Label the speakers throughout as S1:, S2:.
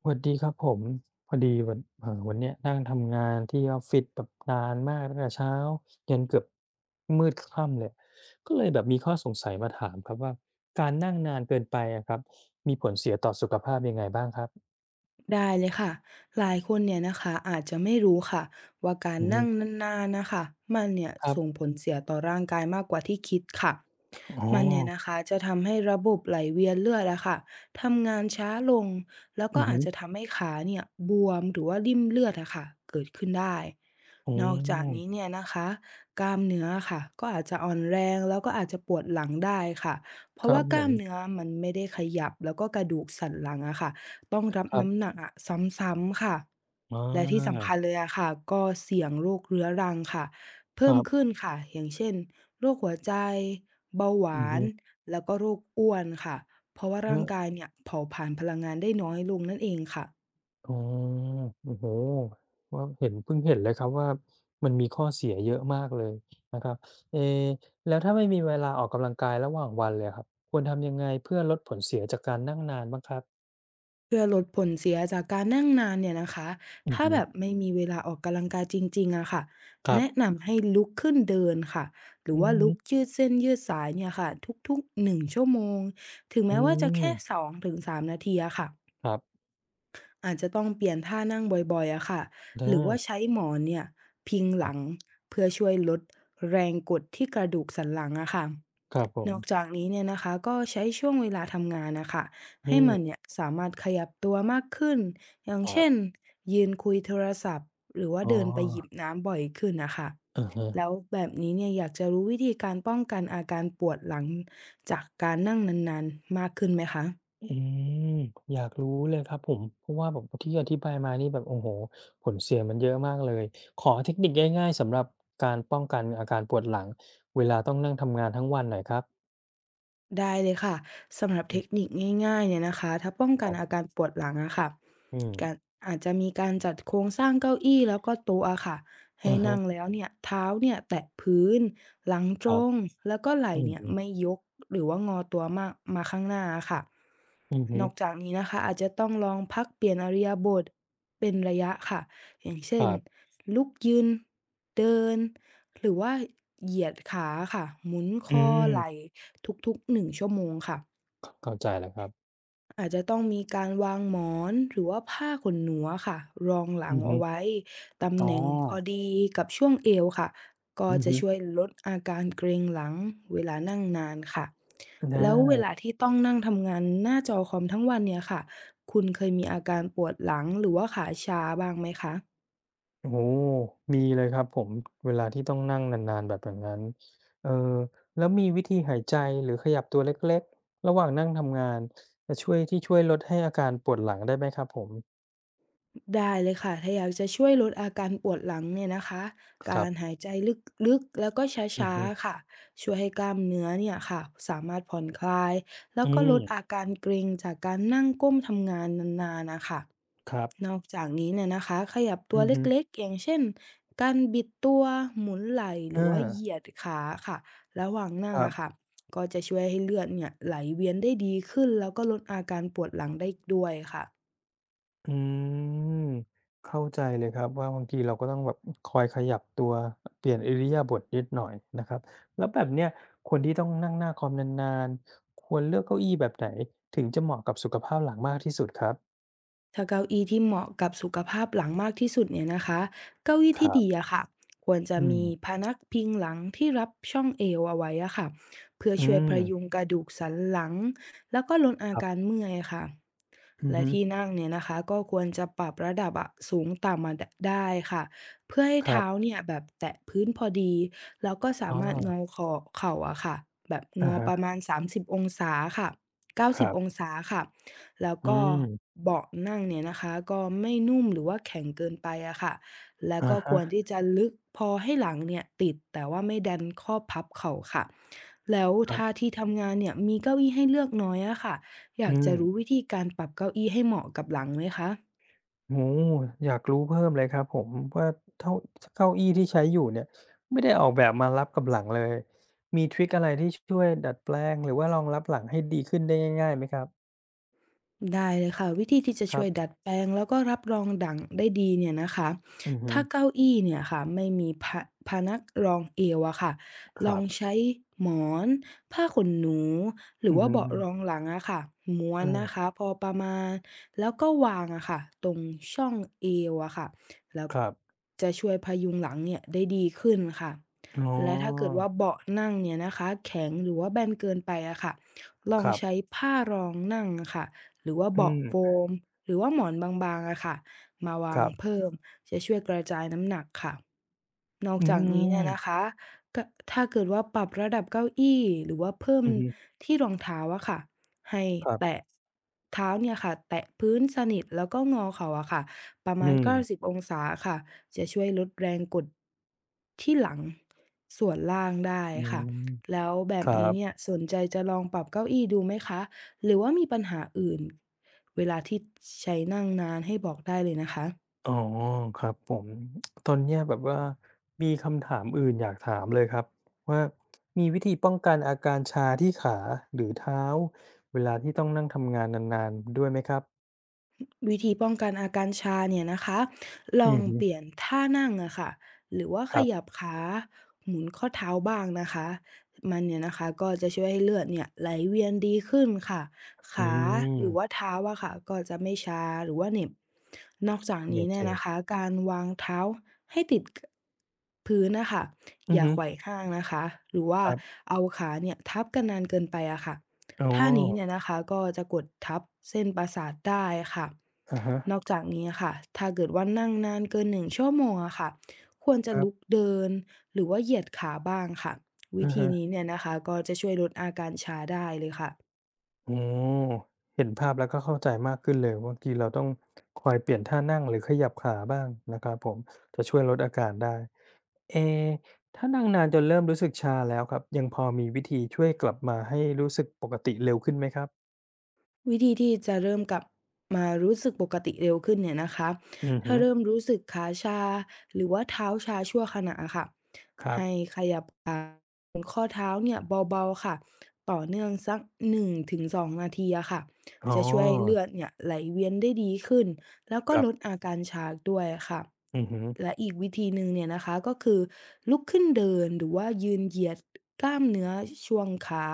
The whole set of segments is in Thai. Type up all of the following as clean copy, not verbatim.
S1: สวัสดีครับผมพอดีวันวันเนี้ยนั่งทำงานที่ออฟฟิศแบบนานมากตั้งแต่เช้ายันเกือบมืดค่ำเลยก็เลยแบบมีข้อสงสัยมาถามครับว่าการนั่งนานเกินไปอะครับมีผลเสียต่อสุขภาพยังไงบ้างครับ
S2: ได้เลยค่ะหลายคนเนี่ยนะคะอาจจะไม่รู้ค่ะว่าการ
S1: อือฮึ
S2: นั่งนานๆนะคะมันเนี่ย
S1: ครั
S2: ส่ง
S1: บ
S2: ผลเสียต่อร่างกายมากกว่าที่คิดค่ะ
S1: อ๋อ
S2: มันเนี่ยนะคะจะทำให้ระบบไหลเวียนเลือดอะค่ะทำงานช้าลงแล้ว
S1: อื
S2: ก็
S1: อ
S2: อา
S1: ฮึ
S2: จจะทำให้ขาเนี่ยบวมหรือว่าริ่มเลือดอะค่ะเกิดขึ้นได้
S1: อ๋อ
S2: นอกจากนี้เนี่ยนะคะกล้ามเนื้อค่ะก็อาจจะอ่อนแรงแล้วก็อาจจะปวดหลังได้ค่ะเพ
S1: ค
S2: ราะ
S1: รั
S2: ว่า
S1: บ
S2: ก
S1: ผ
S2: ล้ามเนื้
S1: ม
S2: อมันไม่ได้ขยับแล้วก็กระดูกสันหลังอะค่ะ ต้องรับ
S1: ครั
S2: น้ำห
S1: บ
S2: นักอะซ้ำๆค่ะ
S1: อ
S2: และที่
S1: า
S2: สำคัญเลยอะค่ะก็เสี่ยงโรคเรื้อรังค่ะ
S1: ค
S2: เพิ่มขึ้
S1: รับ
S2: นค่ะอย่างเช่นโรคหัวใจเบาห
S1: อื
S2: วา
S1: อฮึ
S2: นแล้วก็โรคอ้วนค่ะเพราะว่าร่างกายเนี่ยเผาผลาญพลังงานได้น้อยลงนั่นเองค่ะ
S1: อ๋อโอ้โฮว่าเห็นเพิ่งเห็นเลยครับว่ามันมีข้อเสียเยอะมากเลยนะครับเอแล้วถ้าไม่มีเวลาออกกำลังกายระหว่างวันเลยอะครับควรทำยังไงเพื่อลดผลเสียจากการนั่งนานบ้างครับ
S2: เพื่อลดผลเสียจากการนั่งนานเนี่ยนะคะ
S1: อือ
S2: ถ้า
S1: ฮึ
S2: แบบไม่มีเวลาออกกำลังกายจริงๆอะค่ะ
S1: ครั
S2: แนะ
S1: บ
S2: นำให้ลุกขึ้นเดินค่ะหรื
S1: อื
S2: อ
S1: อ
S2: ว่า
S1: ฮึ
S2: ลุกยืดเส้นยืดสายเนี่ยค่ะทุกๆ1ชั่วโมงถึง
S1: อื
S2: แม้ว่าจะ
S1: ม
S2: แค่2-3นาทีอะค่ะ
S1: ครับ
S2: อาจจะต้องเปลี่ยนท่านั่งบ่อยๆอะค่ะหรือ
S1: อา
S2: ว่าใช้หมอนเนี่ยพิง
S1: ค
S2: ห
S1: รั
S2: ลัง
S1: บ
S2: เพื่อช่วยลดแรงกดที่กระดูกสันหลังอะค่ะ
S1: ครับผ
S2: น
S1: ม
S2: อกจากนี้เนี่ยนะคะก็ใช้ช่วงเวลาทำงานนะคะ
S1: อื
S2: ให้
S1: ม
S2: มันเนี่ยสามารถขยับตัวมากขึ้นอย่าง
S1: ครั
S2: เช่น
S1: บ
S2: ยืนคุยโทรศัพท์หรือว่า
S1: อ๋อ
S2: เดินไปหยิบน้ำบ่อยขึ้นนะคะ
S1: อะฮะ
S2: แล้วแบบนี้เนี่ยอยากจะรู้วิธีการป้องกันอาการปวดหลังจากการนั่งนานๆมากขึ้นไหมคะ
S1: อืมอยากรู้เลยครับผมเพราะว่าแบบที่อธิบายมานี่แบบโอ้โฮผลเสียมันเยอะมากเลยขอเทคนิคง่ายๆสำหรับการป้องกันอาการปวดหลังเวลาต้องนั่งทำงานทั้งวันหน่อยครับ
S2: ได้เลยค่ะสำหรับ
S1: อื
S2: เทค
S1: ม
S2: นิคง่ายๆเนี่ยนะคะถ้าป้อง
S1: ค
S2: กัน
S1: รั
S2: อา
S1: บ
S2: การปวดหลังอะค่ะ
S1: อืม
S2: การอาจจะมีการจัดโครงสร้างเก้าอี้แล้วก็โต๊ะอะค่ะให้
S1: อะฮะ
S2: นั่งแล้วเนี่ยเท้าเนี่ยแตะพื้นหลัง
S1: ค
S2: ตร
S1: รับ
S2: งแล้วก็ไหล่
S1: อือ
S2: เนี่ยไม่
S1: ฮึ
S2: ยกหรือว่างอตัวมากมาข้างหน้าอะค่ะ
S1: อือฮึ
S2: นอกจากนี้นะคะอาจจะต้องลองพักเปลี่ยนอิริยาบถเป็นระยะค่ะอย่าง
S1: ค
S2: เช่น
S1: รับ
S2: ลุกยืนเดิน หรือว่าเหยียดขาค่ะหมุนค
S1: อื
S2: อไหล่
S1: ม
S2: ทุกๆ1ชั่วโมงค่ะ
S1: เข้าใจแล้วครับ
S2: อาจจะต้องมีการวางหมอนหรือว่าผ้าขนหนูอะค่ะรองหลั
S1: อื
S2: ง
S1: อฮึ
S2: เอาไว้ตำ
S1: อ๋อ
S2: แหน่งพอดีกับช่วงเอวค่ะก็
S1: อือ
S2: จะ
S1: ฮึ
S2: ช่วยลดอาการเกร็งหลังเวลานั่งนานค่ะ
S1: อ
S2: แล้วเวลา
S1: า
S2: ที่ต้องนั่งทำงานหน้าจอคอมทั้งวันเนี่ยค่ะคุณเคยมีอาการปวดหลังหรือว่าขาชาบ้างไหมคะ
S1: โอ้โฮมีเลยครับผม เวลาที่ต้องนั่งนานๆแบบนั้นเออแล้วมีวิธีหายใจหรือขยับตัวเล็กๆ ระหว่างนั่งทำงานจะช่วยที่ช่วยลดให้อาการปวดหลังได้ไหมครับผม
S2: ได้เลยค่ะถ้าอยากจะช่วยลดอาการปวดหลังเนี่ยนะคะ
S1: ครั
S2: การ
S1: บ
S2: หายใจลึกๆแล้วก็ช
S1: อือ
S2: ้า
S1: ฮึ
S2: ๆค่ะช่วยให้กล้ามเนื้อเนี่ยค่ะสามารถผ่อนคลายแล้
S1: อื
S2: วก็
S1: ม
S2: ลดอาการเกร็งจากการนั่งก้มทำงานนานๆนะคะ
S1: ครั
S2: น
S1: บ
S2: อกจากนี้เนี่ยนะคะขยับตัว
S1: อือฮึ
S2: เล็กๆอย่างเช่นการบิดตัวหมุนไหล่หรือ
S1: อา
S2: ว่าเหยียดขาค่ะระหว่าง
S1: ค
S2: นั่ง
S1: รั
S2: อะ
S1: บ
S2: ค่ะก็จะช่วยให้เลือดเนี่ยไหลเวียนได้ดีขึ้นแล้วก็ลดอาการปวดหลังได้อีกด้วยค่ะ
S1: อืมเข้าใจเลยครับว่าบางทีเราก็ต้องแบบคอยขยับตัวเปลี่ยนอิริยาบถนิดหน่อยนะครับแล้วแบบเนี้ยคนที่ต้องนั่งหน้าคอมนานๆควรเลือกเก้าอี้แบบไหนถึงจะเหมาะกับสุขภาพหลังมากที่สุดครับ
S2: ถ้าเก้าอี้ที่เหมาะกับสุขภาพหลังมากที่สุดเนี่ยนะคะเก้าอี้
S1: ค
S2: ที่
S1: รั
S2: ดี
S1: บ
S2: อะค่ะควรจะ
S1: อืม
S2: มีพนักพิงหลังที่รับช่องเอวเอาไว้อะค่ะเพื่อ
S1: อื
S2: ช่วยพยุง
S1: ม
S2: กระดูกสันหลังแล้วก็ลดอา
S1: ครั
S2: การ
S1: บ
S2: เมื่อยค่ะ
S1: อือ
S2: และ
S1: ฮึ
S2: ที่นั่งเนี่ยนะคะก็ควรจะปรับระดับอะสูงต่ำมาได้ค่ะเพื่อให้
S1: ครั
S2: เท้า
S1: บ
S2: เนี่ยแบบแตะพื้นพอดีแล้วก็สา
S1: อ๋อ
S2: มารถงอคอเข่าอะค่ะแบบง
S1: อะ
S2: อประ
S1: ฮะ
S2: มาณ30องศาค่ะเก้า
S1: ค
S2: สิบ
S1: รั
S2: อง
S1: บ
S2: ศาค่ะแล้ว
S1: อื
S2: ก็
S1: ม
S2: เบาะนั่งเนี่ยนะคะก็ไม่นุ่มหรือว่าแข็งเกินไปอะค่ะแล้ว
S1: อะ
S2: ก็ค
S1: ฮะ
S2: วรที่จะลึกพอให้หลังเนี่ยติดแต่ว่าไม่ดันข้อพับเข่าค่ะแล้ว
S1: ครั
S2: ถ้า
S1: บ
S2: ที่ทำงานเนี่ยมีเก้าอี้ให้เลือกน้อยอะค่ะ อ
S1: อื
S2: ยาก
S1: ม
S2: จะรู้วิธีการปรับเก้าอี้ให้เหมาะกับหลังไหมคะ
S1: โอ้โฮอยากรู้เพิ่มเลยครับผมว่าเท้าเก้าอี้ที่ใช้อยู่เนี่ยไม่ได้ออกแบบมารับกับหลังเลยมีทริกอะไรที่ช่วยดัดแปลงหรือว่ารองรับหลังให้ดีขึ้นได้ง่ายๆไหมครับ
S2: ได้เลยค่ะวิธีที่จะ
S1: ครั
S2: ช่วยดัด
S1: บ
S2: แปลงแล้วก็รับรองดั่งได้ดีเนี่ยนะคะ
S1: อือฮึ
S2: ถ้าเก้าอี้เนี่ยค่ะไม่มีพะพนักรองเอวอะค่ะ
S1: ค
S2: ล
S1: รั
S2: อง
S1: บ
S2: ใช้หมอนผ้าขนหนูหรื
S1: อื
S2: อ
S1: อ
S2: ว่า
S1: ฮึ
S2: เบาะรอง
S1: ๆ
S2: หลังอะค่ะม้วน
S1: อา
S2: นะคะพอประมาณแล้วก็วางอะค่ะตรงช่องเอวอะค่ะแล้ว
S1: ครับ
S2: จะช่วยพยุงหลังเนี่ยได้ดีขึ้นค่ะ
S1: อ๋อ
S2: และถ้าเกิดว่าเบาะนั่งเนี่ยนะคะแข็งหรือว่าแบนเกินไปอะค่ะลอ
S1: ค
S2: ง
S1: รับ
S2: ใช้ผ้ารองนั่งอะค่ะ หรือว่า
S1: อื
S2: เบาะโฟ
S1: ม
S2: มหรือว่าหมอนบางๆอะค่ะมา
S1: ค
S2: วาง
S1: รับ
S2: เพิ่มจะช่วยกระจายน้ำหนักค่ะนอก
S1: อื
S2: จากนี้เนี่ยนะ
S1: ม
S2: คะกถ้าเกิดว่าปรับระดับเก้าอี้หรือว่าเพิ่ม
S1: อือฮึ
S2: ที่รองเท้าอะค่ะให้
S1: ครับ
S2: แตะเท้าเนี่ยค่ะแตะพื้นสนิทแล้วก็งอเข่าอะค่ะประ
S1: อื
S2: มาณ
S1: ม
S2: 90องศาค่ะจะช่วยลดแรงกดที่หลังส่วนล่างได้
S1: อื
S2: ค่ะ
S1: ม
S2: แล้วแบ
S1: ค
S2: บ
S1: รั
S2: นี้เนี่ย
S1: บ
S2: สนใจจะลองปรับเก้าอี้ดูไหมคะ หรือว่ามีปัญหาอื่นเวลาที่ใช้นั่งนานให้บอกได้เลยนะคะ
S1: อ๋อครับผมตอนเนี้ยแบบว่ามีคำถามอื่นอยากถามเลยครับว่ามีวิธีป้องกันอาการชาที่ขาหรือเท้าเวลาที่ต้องนั่งทำงานนานๆด้วยไหมครับ
S2: วิธีป้องกันอาการชาเนี่ยนะคะล
S1: อื
S2: อง
S1: อฮึ
S2: เปลี่ยนท่านั่งอะค่ะหรือว่า
S1: ค
S2: ข
S1: รับ
S2: ยับขา หมุนข้อเท้าบ้างนะคะมันเนี่ยนะคะก็จะช่วยให้เลือดเนี่ยไหลเวียนดีขึ้นค่ะ
S1: อื
S2: ขา
S1: ม
S2: หรือว่าเท้าอะค่ะก็จะไม่ชาหรือว่าเหน็บนอกจาก
S1: โอ
S2: นี้
S1: เค
S2: เนี่ยนะคะการวางเท้าให้ติดพื้นนะคะ
S1: อื
S2: อ
S1: อ
S2: ย่า
S1: ฮึ
S2: ไขว่ห้างนะคะหรือว่า
S1: ครับ
S2: เอาขาเนี่ยทับกันนานเกินไปอะค่ะ
S1: อ๋อ
S2: ท่านี้เนี่ยนะคะก็จะกดทับเส้นประสาทได้ค่ะ
S1: อะฮะ
S2: นอกจากนี้ค่ะถ้าเกิดว่านั่งนานเกิน1ชั่วโมงอะค่ะควรจะ
S1: ครั
S2: ลุก
S1: บ
S2: เดินหรือว่าเหยียดขาบ้างค่ะวิ
S1: อะ
S2: ธี
S1: ฮะ
S2: นี้เนี่ยนะคะก็จะช่วยลดอาการชาได้เลยค่ะ
S1: โอ้เห็นภาพแล้วก็เข้าใจมากขึ้นเลยบางทีเราต้องคอยเปลี่ยนท่านั่งหรือขยับขาบ้างนะครับผมจะช่วยลดอาการได้เอถ้านั่งนานจนเริ่มรู้สึกชาแล้วครับยังพอมีวิธีช่วยกลับมาให้รู้สึกปกติเร็วขึ้นไหมครับ
S2: วิธีที่จะเริ่มกลับมารู้สึกปกติเร็วขึ้นเนี่ยนะคะ
S1: อือฮึ
S2: ถ้าเริ่มรู้สึกขาชาหรือว่าเท้าชาชั่วขณะอะค่ะ
S1: ครับ
S2: ให้ขยับขาบนข้อเท้าเนี่ยเบาๆค่ะต่อเนื่องสัก1-2นงถึงสองนาทีอะค่ะ
S1: อ๋
S2: จะช่วยให้
S1: อ
S2: เลือดเนี่ยไหลเวียนได้ดีขึ้นแล้วก็
S1: ครั
S2: ลด
S1: บ
S2: อาการชาด้วยค่ะ
S1: อือฮึ
S2: และอีกวิธีหนึ่งเนี่ยนะคะก็คือลุกขึ้นเดินหรือว่ายืนเหยียดกล้ามเนื้อช่วงขา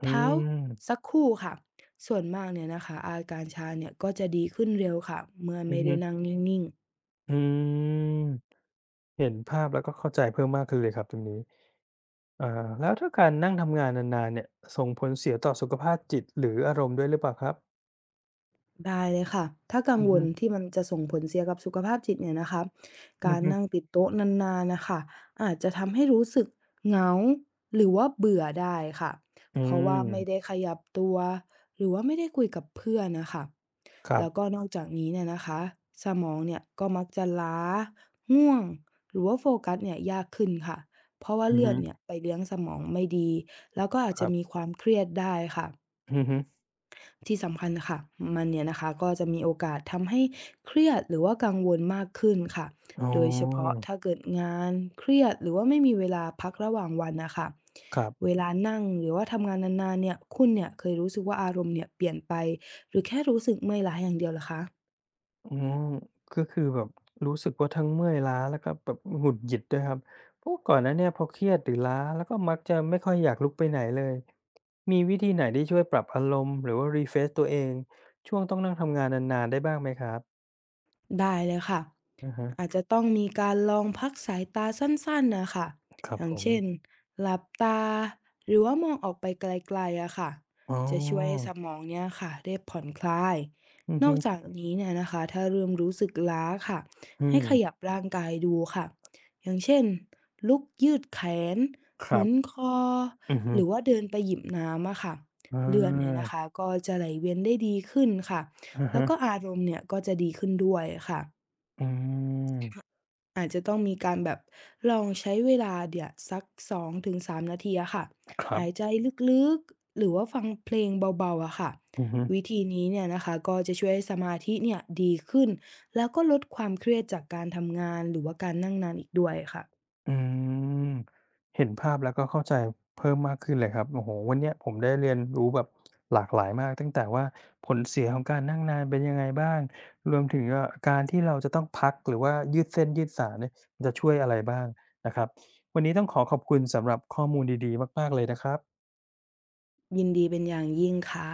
S1: อื
S2: เท้า
S1: ม
S2: สักครู่ค่ะ ส่วนมากเนี่ยนะคะอาการชาเนี่ยก็จะดีขึ้นเร็วค่ะเมื่อ
S1: อือ
S2: ไม่
S1: ฮึ
S2: ได้นั่งนิ่งๆ
S1: อืมเห็นภาพแล้วก็เข้าใจเพิ่มมากขึ้นเลยครับตรงนี้อ่าแล้วถ้าการนั่งทำงานนานๆเนี่ยส่งผลเสียต่อสุขภาพจิตหรืออารมณ์ด้วยหรือเปล่าครับ
S2: ได้เลยค่ะ ถ้ากั
S1: อื
S2: ง
S1: อ
S2: ว
S1: ฮึ
S2: ลที่มันจะส่งผลเสียกับสุขภาพจิตเนี่ยนะคะ
S1: อื
S2: กา
S1: อ
S2: ร
S1: ฮึ
S2: นั่งติดโต๊ะนานๆนะค่ะอาจจะทำให้รู้สึกเหงาหรือว่าเบื่อได้ค่ะ
S1: อื
S2: เพราะว่าไม่ได้
S1: ม
S2: ขยับตัวหรือว่าไม่ได้คุยกับเพื่อนนะคะ
S1: ครั
S2: แล้ว
S1: บ
S2: ก็นอกจากนี้เนี่ยนะคะสมองเนี่ยก็มักจะล้าง่วงหรือว่าโฟกัสเนี่ยยากขึ้นค่ะเพราะว่า
S1: อือ
S2: เลือ
S1: ฮึ
S2: ดเนี่ยไปเลี้ยงสมองไม่ดี แล้วก็อาจ
S1: ค
S2: จะ
S1: รั
S2: มี
S1: บ
S2: ความเครียดได้ค่ะ
S1: อือฮึ
S2: ที่สำคัญค่ะมันเนี่ยนะคะก็จะมีโอกาสทำให้เครียดหรือว่ากังวลมากขึ้นค่ะ
S1: อ๋อ
S2: โดยเฉพาะถ้าเกิดงานเครียดหรือว่าไม่มีเวลาพักระหว่างวันนะคะ
S1: ครั
S2: เว
S1: บ
S2: ลานั่งหรือว่าทำงานนานๆเนี่ยคุณเนี่ยเคยรู้สึกว่าอารมณ์เนี่ยเปลี่ยนไปหรือแค่รู้สึกเมื่อยล้าอย่างเดียวเหรอคะ
S1: อืมก็คือแบบรู้สึกว่าทั้งเมื่อยล้าแล้วก็แบบหงุดหงิดด้วยครับ เพราะก่อนหน้าเนี้ยพอเครียดหรือล้าแล้วก็มักจะไม่ค่อยอยากลุกไปไหนเลย มีวิธีไหนที่ช่วยปรับอารมณ์หรือว่า refresh ตัวเองช่วงต้องนั่งทำงานนานๆได้บ้างไหมครับ
S2: ได้เลยค่ะ
S1: อะฮะ
S2: อาจจะต้องมีการลองพักสายตาสั้นๆนะคะ
S1: ครั
S2: อ
S1: บ
S2: ย่า
S1: ผ
S2: งเช่น
S1: ม
S2: หลับตาหรือว่ามองออกไปไกลๆอะค่ะ
S1: อ๋อ
S2: จะช่วยให้สมองเนี่ยค่ะได้ผ่อนคลาย
S1: อือ
S2: นอ
S1: ฮึ
S2: กจากนี้เนี่ยนะคะถ้าเริ่มรู้สึกล้าค่ะ
S1: อื
S2: ให้ขยั
S1: ม
S2: บร่างกายดูค่ะอย่างเช่นลุกยืดแขน
S1: ค
S2: ห
S1: รั
S2: มุน
S1: บ
S2: คอ
S1: อือฮึ
S2: หรือว่าเดินไปหยิบน้ำอะค่ะ
S1: อ
S2: เลือดเนี่ย
S1: า
S2: นะคะก็จะไหลเวียนได้ดีขึ้นค่ะ
S1: อะ
S2: แล้
S1: ฮะ
S2: วก็อารมณ์เนี่ยก็จะดีขึ้นด้วยค่ะ
S1: อืม
S2: อาจจะต้องมีการแบบลองใช้เวลาเดี่ยวสัก2-3นาทีอะค่ะ
S1: ครับ
S2: หายใจลึกๆหรือว่าฟังเพลงเบาๆอะค่ะ
S1: อือฮึ
S2: วิธีนี้เนี่ยนะคะก็จะช่วยให้สมาธิเนี่ยดีขึ้นแล้วก็ลดความเครียดจากการทำงานหรือว่าการนั่งนานอีกด้วยค่ะ
S1: อืมเห็นภาพแล้วก็เข้าใจเพิ่มมากขึ้นเลยครับโอ้โหวันเนี้ยผมได้เรียนรู้แบบหลากหลายมากตั้งแต่ว่าผลเสียของการนั่งนานเป็นยังไงบ้าง รวมถึงว่าการที่เราจะต้องพักหรือว่ายืดเส้นยืดสายเนี่ยมันจะช่วยอะไรบ้างนะครับ วันนี้ต้องขอขอบคุณสำหรับข้อมูลดีๆมากๆเลยนะครับ
S2: ยินดีเป็นอย่างยิ่งค่ะ